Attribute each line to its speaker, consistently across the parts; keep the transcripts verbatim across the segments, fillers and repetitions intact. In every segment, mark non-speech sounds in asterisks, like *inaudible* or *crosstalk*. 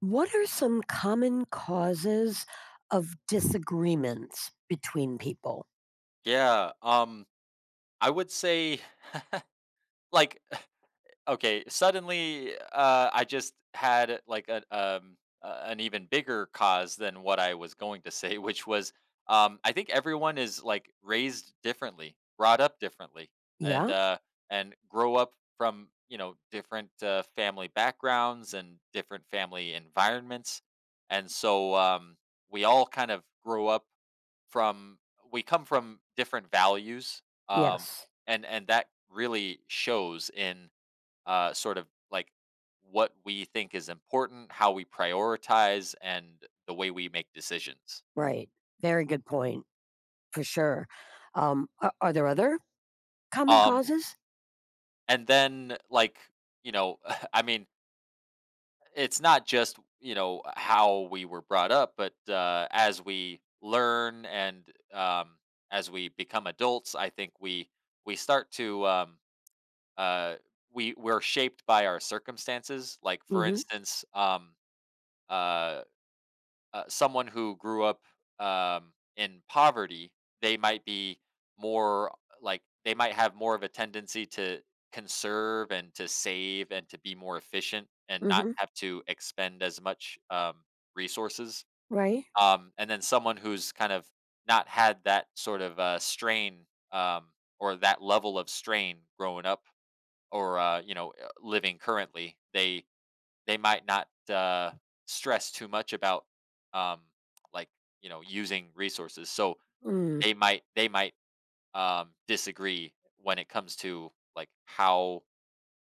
Speaker 1: What are some common causes of disagreements between people?
Speaker 2: Yeah, um, I would say like *sighs* okay, suddenly uh I just had like a um a- an even bigger cause than what I was going to say, *laughs* which was um I think everyone is like raised differently, brought up differently and
Speaker 1: Yeah.
Speaker 2: uh and grow up from, you know, different uh, family backgrounds and different family environments. And so um we all kind of grow up from we come from different values, um,
Speaker 1: Yes.
Speaker 2: and and that really shows in uh, sort of like what we think is important, how we prioritize, and the way we make decisions.
Speaker 1: Right. Very good point for sure. Um, are, are there other common
Speaker 2: Um,
Speaker 1: causes?
Speaker 2: and then like you know, *laughs* I mean, it's not just you know how we were brought up, but uh, as we learn and um, as we become adults, I think we we start to um, uh, we we're shaped by our circumstances. Like for
Speaker 1: Mm-hmm.
Speaker 2: instance, um, uh, uh, someone who grew up um, in poverty, they might be more like they might have more of a tendency to conserve and to save and to be more efficient and not
Speaker 1: Mm-hmm.
Speaker 2: have to expend as much um, resources.
Speaker 1: Right.
Speaker 2: Um, and then someone who's kind of not had that sort of uh, strain um, or that level of strain growing up or uh, you know uh, living currently, they they might not uh, stress too much about um, like you know using resources, so
Speaker 1: Mm.
Speaker 2: they might they might um, disagree when it comes to like how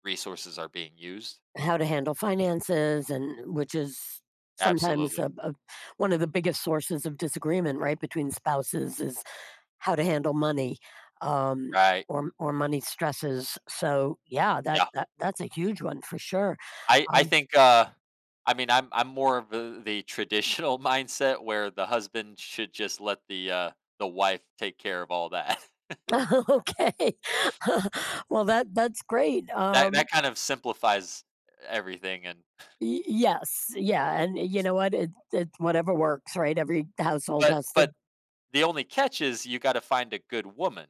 Speaker 2: resources are being used.
Speaker 1: How to handle finances, and which is sometimes
Speaker 2: Absolutely.
Speaker 1: a, a, one of the biggest sources of disagreement, right, between spouses is how to handle money, um,
Speaker 2: Right.
Speaker 1: or or money stresses. So yeah, that
Speaker 2: yeah
Speaker 1: that that's a huge one for sure.
Speaker 2: i i
Speaker 1: Um,
Speaker 2: think uh I mean i'm i'm more of the, the traditional *laughs* mindset where the husband should just let the uh the wife take care of all that. *laughs*
Speaker 1: *laughs* okay, *laughs* well that that's great.
Speaker 2: That
Speaker 1: Um,
Speaker 2: that kind of simplifies everything. and
Speaker 1: y- yes, yeah, and you know what? It, it Whatever works, right? Every household
Speaker 2: but
Speaker 1: has to.
Speaker 2: but the only catch is you gotta find a good woman,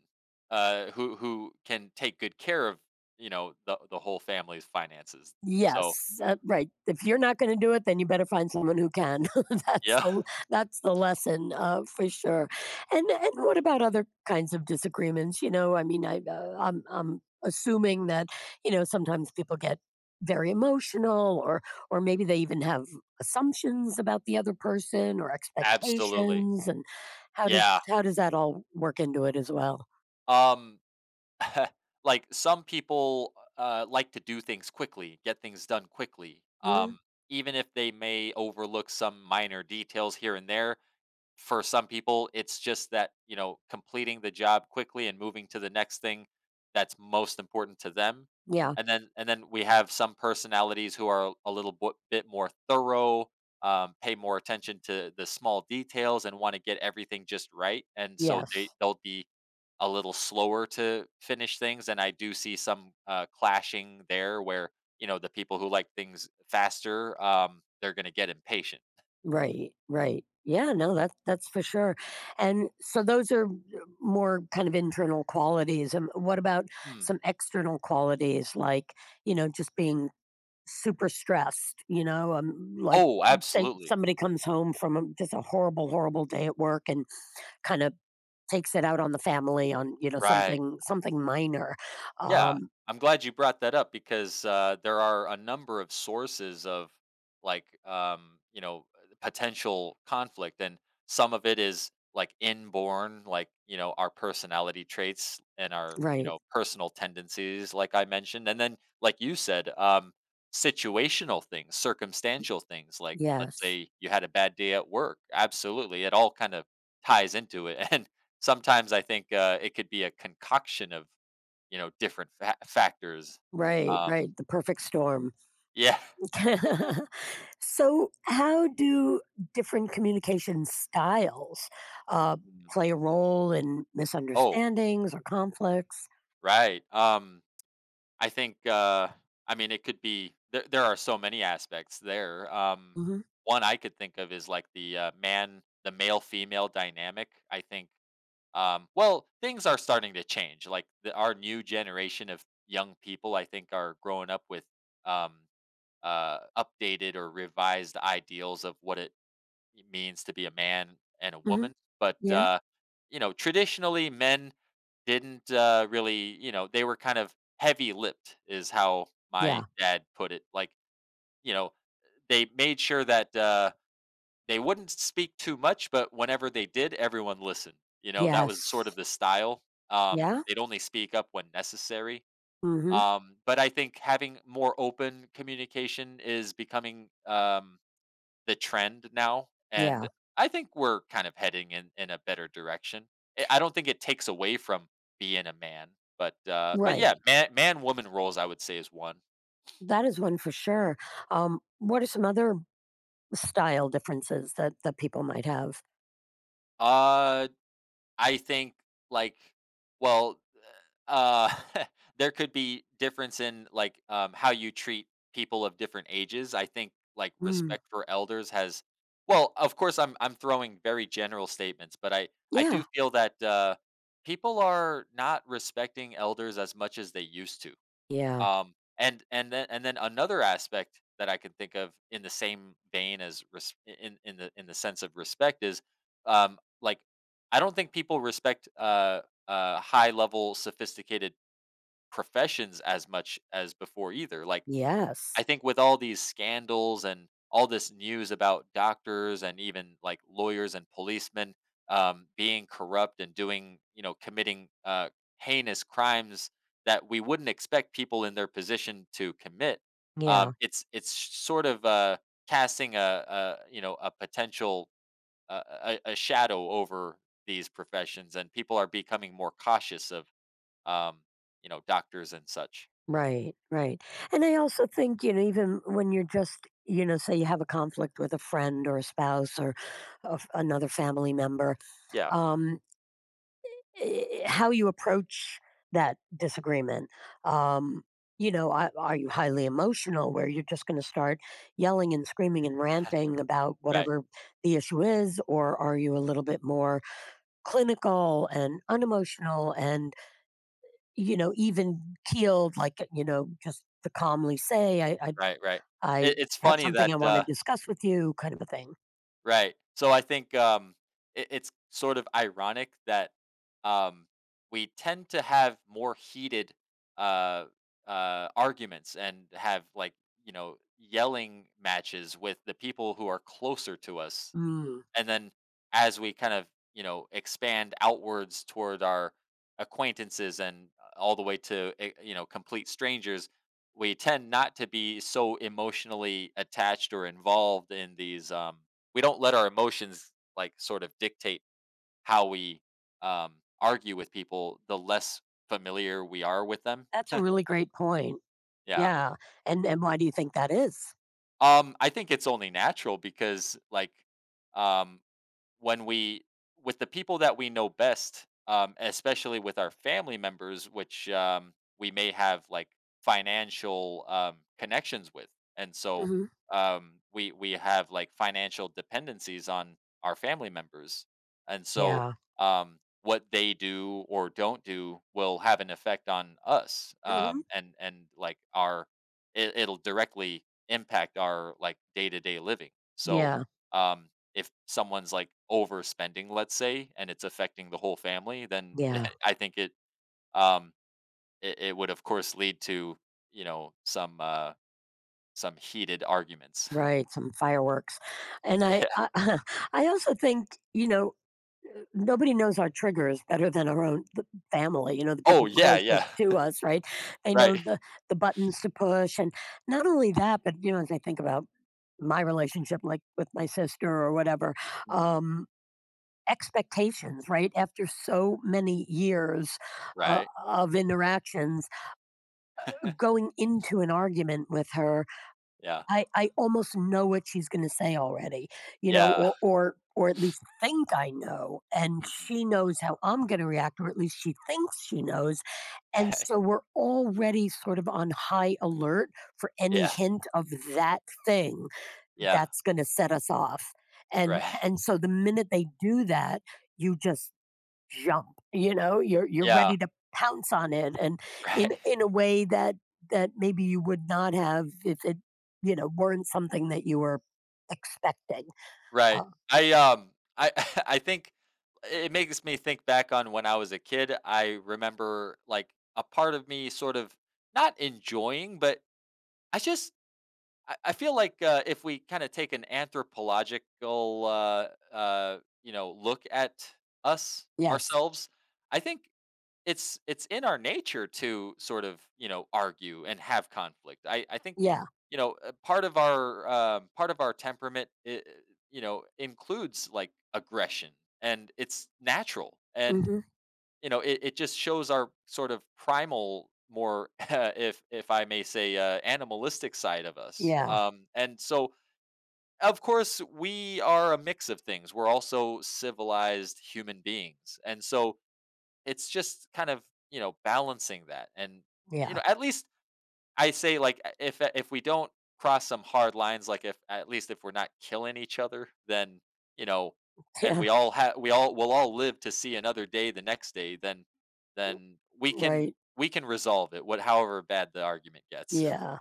Speaker 2: uh, who who can take good care of, you know, the the whole family's finances. So
Speaker 1: Yes, uh, right. If you're not gonna do it, then you better find someone who can. *laughs* That's
Speaker 2: yeah. *laughs*
Speaker 1: the that's the lesson, uh, for sure. And and what about other kinds of disagreements? You know, I mean, I, uh, I'm I'm assuming that, you know, sometimes people get very emotional or or maybe they even have assumptions about the other person or
Speaker 2: Absolutely.
Speaker 1: expectations, and how does
Speaker 2: Yeah.
Speaker 1: how does that all work into it as well?
Speaker 2: Um, *laughs* like, some people, uh, like to do things quickly, get things done quickly,
Speaker 1: Mhm.
Speaker 2: um, even if they may overlook some minor details here and there. For some people, it's just that, you know, completing the job quickly and moving to the next thing, that's most important to them.
Speaker 1: Yeah.
Speaker 2: And then and then we have some personalities who are a little bo- bit more thorough, um, pay more attention to the small details and want to get everything just right. And so they
Speaker 1: Yes.
Speaker 2: they'll be a little slower to finish things. And I do see some uh, clashing there where, you know, the people who like things faster, um, they're going to get impatient.
Speaker 1: Right, right. Yeah, no, that that's for sure. And so those are uh, more kind of internal qualities. And what about
Speaker 2: Mm.
Speaker 1: some external qualities like, you know, just being super stressed, you know, um, like
Speaker 2: Oh,
Speaker 1: say
Speaker 2: absolutely.
Speaker 1: somebody comes home from a, just a horrible, horrible day at work and kind of takes it out on the family on, you know,
Speaker 2: Right.
Speaker 1: something something minor.
Speaker 2: Yeah.
Speaker 1: Um,
Speaker 2: I'm glad you brought that up because uh, there are a number of sources of like um, you know potential conflict, and some of it is like inborn, like you know our personality traits and our you
Speaker 1: right.
Speaker 2: know personal tendencies, like I mentioned, and then like you said, um, situational things, circumstantial things, like let's
Speaker 1: Yes.
Speaker 2: say you had a bad day at work. Absolutely, it all kind of ties into it, *laughs* and sometimes I think uh, it could be a concoction of, you know, different fa factors.
Speaker 1: Right,
Speaker 2: Um,
Speaker 1: right. The perfect storm.
Speaker 2: *laughs* yeah.
Speaker 1: *laughs* So, how do different communication styles uh,
Speaker 2: Mm.
Speaker 1: play a role in
Speaker 2: Oh,
Speaker 1: misunderstandings or conflicts?
Speaker 2: right. Um, I think, uh, I mean, it could be there there are so many aspects there. Um,
Speaker 1: Hmm.
Speaker 2: one I could think of is like the, uh, man the male-female dynamic, I think, um well, things are starting to change, like, the our new generation of young people, I think, are growing up with, um, uh, updated or revised ideals of what it it means to be a man and a
Speaker 1: Hmm.
Speaker 2: woman. But
Speaker 1: Yeah.
Speaker 2: uh, you know, traditionally, men didn't uh, really, you know, they were kind of heavy-lipped, is how my
Speaker 1: Yeah.
Speaker 2: dad put it. Like, you know, they made sure that uh, they wouldn't speak too much, but whenever they did, everyone listened. You know, that was sort of
Speaker 1: Yes.
Speaker 2: the style. Um,
Speaker 1: Yeah.
Speaker 2: they'd only speak up when necessary.
Speaker 1: Hmm.
Speaker 2: Um, but I think having more open communication is becoming um, the trend now, and
Speaker 1: Yeah.
Speaker 2: I think we're kind of heading in in a better direction. I I don't think it takes away from being a man, but uh, but yeah,
Speaker 1: Right.
Speaker 2: man man woman roles I would say is one.
Speaker 1: That is one for sure. Um, what are some other style differences that that people might have?
Speaker 2: Uh, I think like well, Uh, *laughs* there could be difference in, like, um, how you treat people of different ages. I think, like,
Speaker 1: Mm.
Speaker 2: respect for elders has, well, of course, I'm I'm throwing very general statements, but I I
Speaker 1: Yeah.
Speaker 2: do feel that, uh, people are not respecting elders as much as they used to.
Speaker 1: Yeah.
Speaker 2: Um, and and then and then another aspect that I can think of in the same vein as res- in in the in the sense of respect is, um, like I don't think people respect uh, uh, high level sophisticated professions as much as before either. Like, I
Speaker 1: Yes.
Speaker 2: think with all these scandals and all this news about doctors and even like lawyers and policemen um, being corrupt and doing, you know, committing uh, heinous crimes that we wouldn't expect people in their position to commit,
Speaker 1: Yeah.
Speaker 2: um, it's it's sort of uh, casting a, a you know a potential uh, a, a shadow over these professions, and people are becoming more cautious of um, you know doctors and such.
Speaker 1: Right, right. And I also think, you know, even when you're just, you know, say you have a conflict with a friend or a spouse or a f another family member,
Speaker 2: Yeah,
Speaker 1: um, eh, how you approach that disagreement. Um, you know, are, are you highly emotional where you're just going to start yelling and screaming and ranting about
Speaker 2: right.
Speaker 1: whatever the issue is? Or are you a little bit more clinical and unemotional and you know, even keeled, like, you know, just to calmly say, "I I
Speaker 2: Right, right. It
Speaker 1: I
Speaker 2: it's
Speaker 1: have
Speaker 2: funny
Speaker 1: something
Speaker 2: that,
Speaker 1: I wanna
Speaker 2: uh
Speaker 1: discuss with you," kind of a thing.
Speaker 2: right. So I think, um, it it's sort of ironic that, um, we tend to have more heated, uh, uh, arguments and have, like, you know, yelling matches with the people who are closer to us,
Speaker 1: Mm,
Speaker 2: and then as we kind of, you know, expand outwards toward our acquaintances and uh, all the way to eh, you know, complete strangers, we tend not to be so emotionally attached or involved in these um We don't let our emotions like sort of dictate how we um argue with people the less familiar we are with them.
Speaker 1: that's a really great point.
Speaker 2: Yeah.
Speaker 1: Yeah, and and why do you think that is?
Speaker 2: Um i think it's only natural because like um when we, with the people that we know best, um, especially with our family members, which um, we may have like financial um, connections with, and so
Speaker 1: Mhm.
Speaker 2: um, we we have like financial dependencies on our family members, and so
Speaker 1: Yeah.
Speaker 2: um, what they do or don't do will have an effect on us,
Speaker 1: Mhm.
Speaker 2: um, and and like our it, it'll directly impact our like day to day living. So
Speaker 1: Yeah,
Speaker 2: um, if someone's like overspending, let's say, and it's affecting the whole family, then
Speaker 1: yeah,
Speaker 2: *laughs* I think it um it, it would of course lead to, you know, some uh some heated arguments. *laughs*
Speaker 1: right, some fireworks, and I
Speaker 2: Yeah.
Speaker 1: I *laughs* I also think, you know, nobody knows our triggers better than our own th family, you know, the
Speaker 2: Oh
Speaker 1: people
Speaker 2: yeah,
Speaker 1: closest
Speaker 2: yeah.
Speaker 1: to
Speaker 2: *laughs*
Speaker 1: us, right? They know
Speaker 2: Right.
Speaker 1: the the buttons to push, and not only that, but, you know, as I think about my relationship, like with my sister or whatever,
Speaker 2: Mm,
Speaker 1: um, expectations, right? After so many years uh,
Speaker 2: right.
Speaker 1: of interactions,
Speaker 2: *laughs*
Speaker 1: going into an argument with her,
Speaker 2: yeah.
Speaker 1: I, I almost know what she's going to say already, you know,
Speaker 2: Yeah.
Speaker 1: or, or, or at least think I know.
Speaker 2: *laughs*
Speaker 1: And
Speaker 2: mhm,
Speaker 1: she knows how I'm going to react, or at least she thinks she knows. And
Speaker 2: Right.
Speaker 1: so we're already sort of on high alert for any
Speaker 2: Yeah.
Speaker 1: hint of that thing
Speaker 2: Yeah.
Speaker 1: that's going to set us off, and
Speaker 2: Right.
Speaker 1: and so the minute they do that you just jump, you know, you're
Speaker 2: *laughs*
Speaker 1: you're
Speaker 2: Yeah.
Speaker 1: ready to pounce on it, and in
Speaker 2: Right.
Speaker 1: in a way that that maybe you would not have if it, you know, weren't something that you were expecting.
Speaker 2: Right.
Speaker 1: Uh,
Speaker 2: I um I *laughs* I think it makes me think back on when I was a kid. I remember like a part of me sort of not enjoying, but I just I, I feel like uh, if we kind of take an anthropological uh uh you know look at us
Speaker 1: yes.
Speaker 2: ourselves, I think it's it's in our nature to sort of, you know, argue and have conflict. I i think,
Speaker 1: Yeah.
Speaker 2: you know, uh, part of our um, part of our temperament i- you know includes like aggression, and it's natural, and
Speaker 1: Hmm.
Speaker 2: you know it, it just shows our sort of primal, more *laughs* uh, if if i may say, uh, animalistic side of us.
Speaker 1: Yeah.
Speaker 2: Um and so of course we are a mix of things, we're also civilized human beings, and so it's just kind of, you know, balancing that. And you
Speaker 1: Yeah.
Speaker 2: know at least I say like, uh, if uh, if we don't cross some hard lines, like, if at least if we're not killing each other, then, you know,
Speaker 1: *laughs*
Speaker 2: and
Speaker 1: Yeah.
Speaker 2: we all have, we all will all live to see another day, the next day, then then we can,
Speaker 1: Right.
Speaker 2: we can resolve it, what however bad the argument gets.
Speaker 1: Yeah.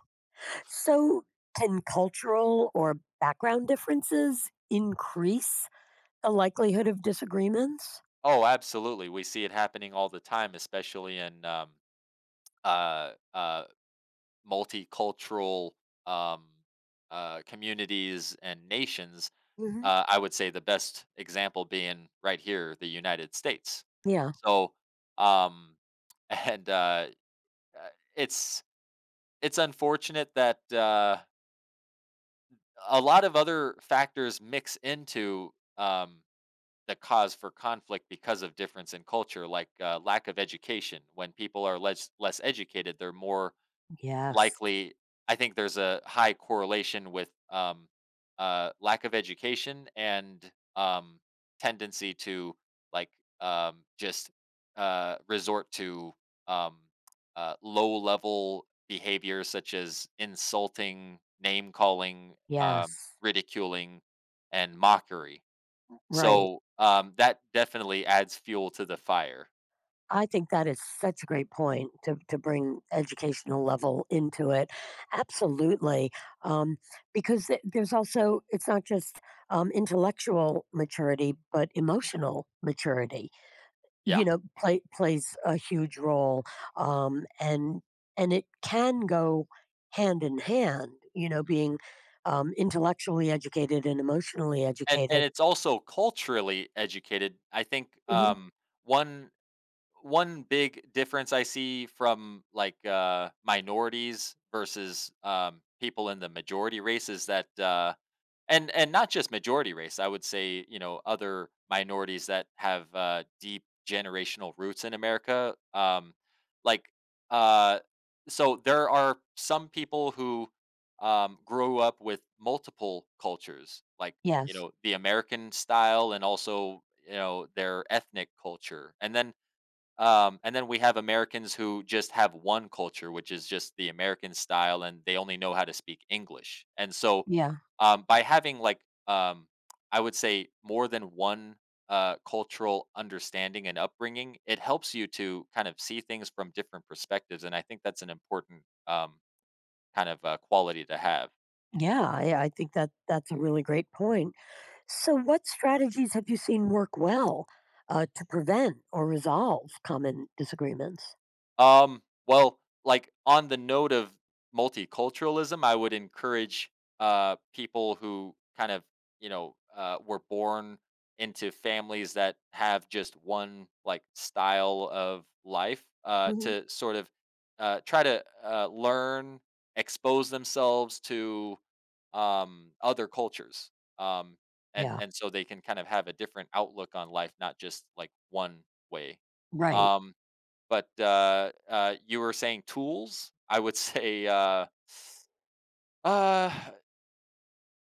Speaker 1: So, can cultural or background differences increase the likelihood of disagreements?
Speaker 2: *laughs* Oh absolutely, we see it happening all the time, especially in um uh uh multicultural um uh communities and nations.
Speaker 1: Hmm.
Speaker 2: Uh, I would say the best example being right here, the United States.
Speaker 1: Yeah.
Speaker 2: So, um, *laughs* and uh, uh, it's it's unfortunate that uh, a lot of other factors mix into um, the cause for conflict because of difference in culture, like uh, lack of education. When people are less less educated, they're more
Speaker 1: Yes.
Speaker 2: likely, I think there's a high correlation with, um, uh, lack of education and, um, tendency to, like, um, just, uh, resort to, um, uh, low level behaviors such as insulting, name calling, um,
Speaker 1: Yes.
Speaker 2: ridiculing, and mockery.
Speaker 1: Right.
Speaker 2: So, um, that definitely adds fuel to the fire.
Speaker 1: I think that is such a great point to, to bring educational level into it. Absolutely. Um, because th- there's also, it's not just um, intellectual maturity, but
Speaker 2: Mm,
Speaker 1: emotional maturity.
Speaker 2: yeah.
Speaker 1: You know, play plays a huge role, um, and and it can go hand in hand, you know,
Speaker 2: Mhm.
Speaker 1: being, um, intellectually educated and emotionally
Speaker 2: and
Speaker 1: educated.
Speaker 2: and it's also culturally educated. I think
Speaker 1: Mhm.
Speaker 2: um, one one big difference I see from like uh, minorities versus um, people in the majority race is that uh, and and not just majority race, I would say, you know, other minorities that have uh, deep generational roots in america um, like uh, so there are some people who um, grew up with multiple cultures, like, you
Speaker 1: Yes.
Speaker 2: know, the american style and also, you know, their ethnic culture, and then um, and then we have Americans who just have one culture, which is just the American style, and they only know how to speak English. And so,
Speaker 1: Yeah.
Speaker 2: um, by having like, um, I would say more than one uh, cultural understanding and upbringing, it helps you to kind of see things from different perspectives. And I think that's an important um, kind of uh, quality to have.
Speaker 1: Yeah, I I think that that's a really great point. So what strategies have you seen work well, uh, to prevent or resolve common disagreements?
Speaker 2: Um, well, like on the note of multiculturalism, I would encourage uh, people who kind of, you know, uh, were born into families that have just one like style of life uh,
Speaker 1: Mhm.
Speaker 2: to sort of uh, try to uh, learn, expose themselves to um, other cultures. Um, and,
Speaker 1: Yeah,
Speaker 2: and so they can kind of have a different outlook on life, not just like one way.
Speaker 1: right.
Speaker 2: Um, but, uh, uh, you were saying tools? I would *laughs* say, uh, uh,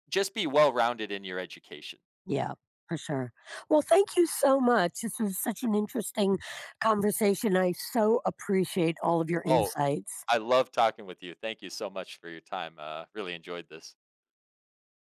Speaker 2: just be well-rounded in your education.
Speaker 1: Yeah, for sure. Well, thank you so much. This was such an interesting conversation. I so appreciate all of your
Speaker 2: Oh,
Speaker 1: insights.
Speaker 2: I love talking with you. Thank you so much for your time. Uh, really enjoyed this.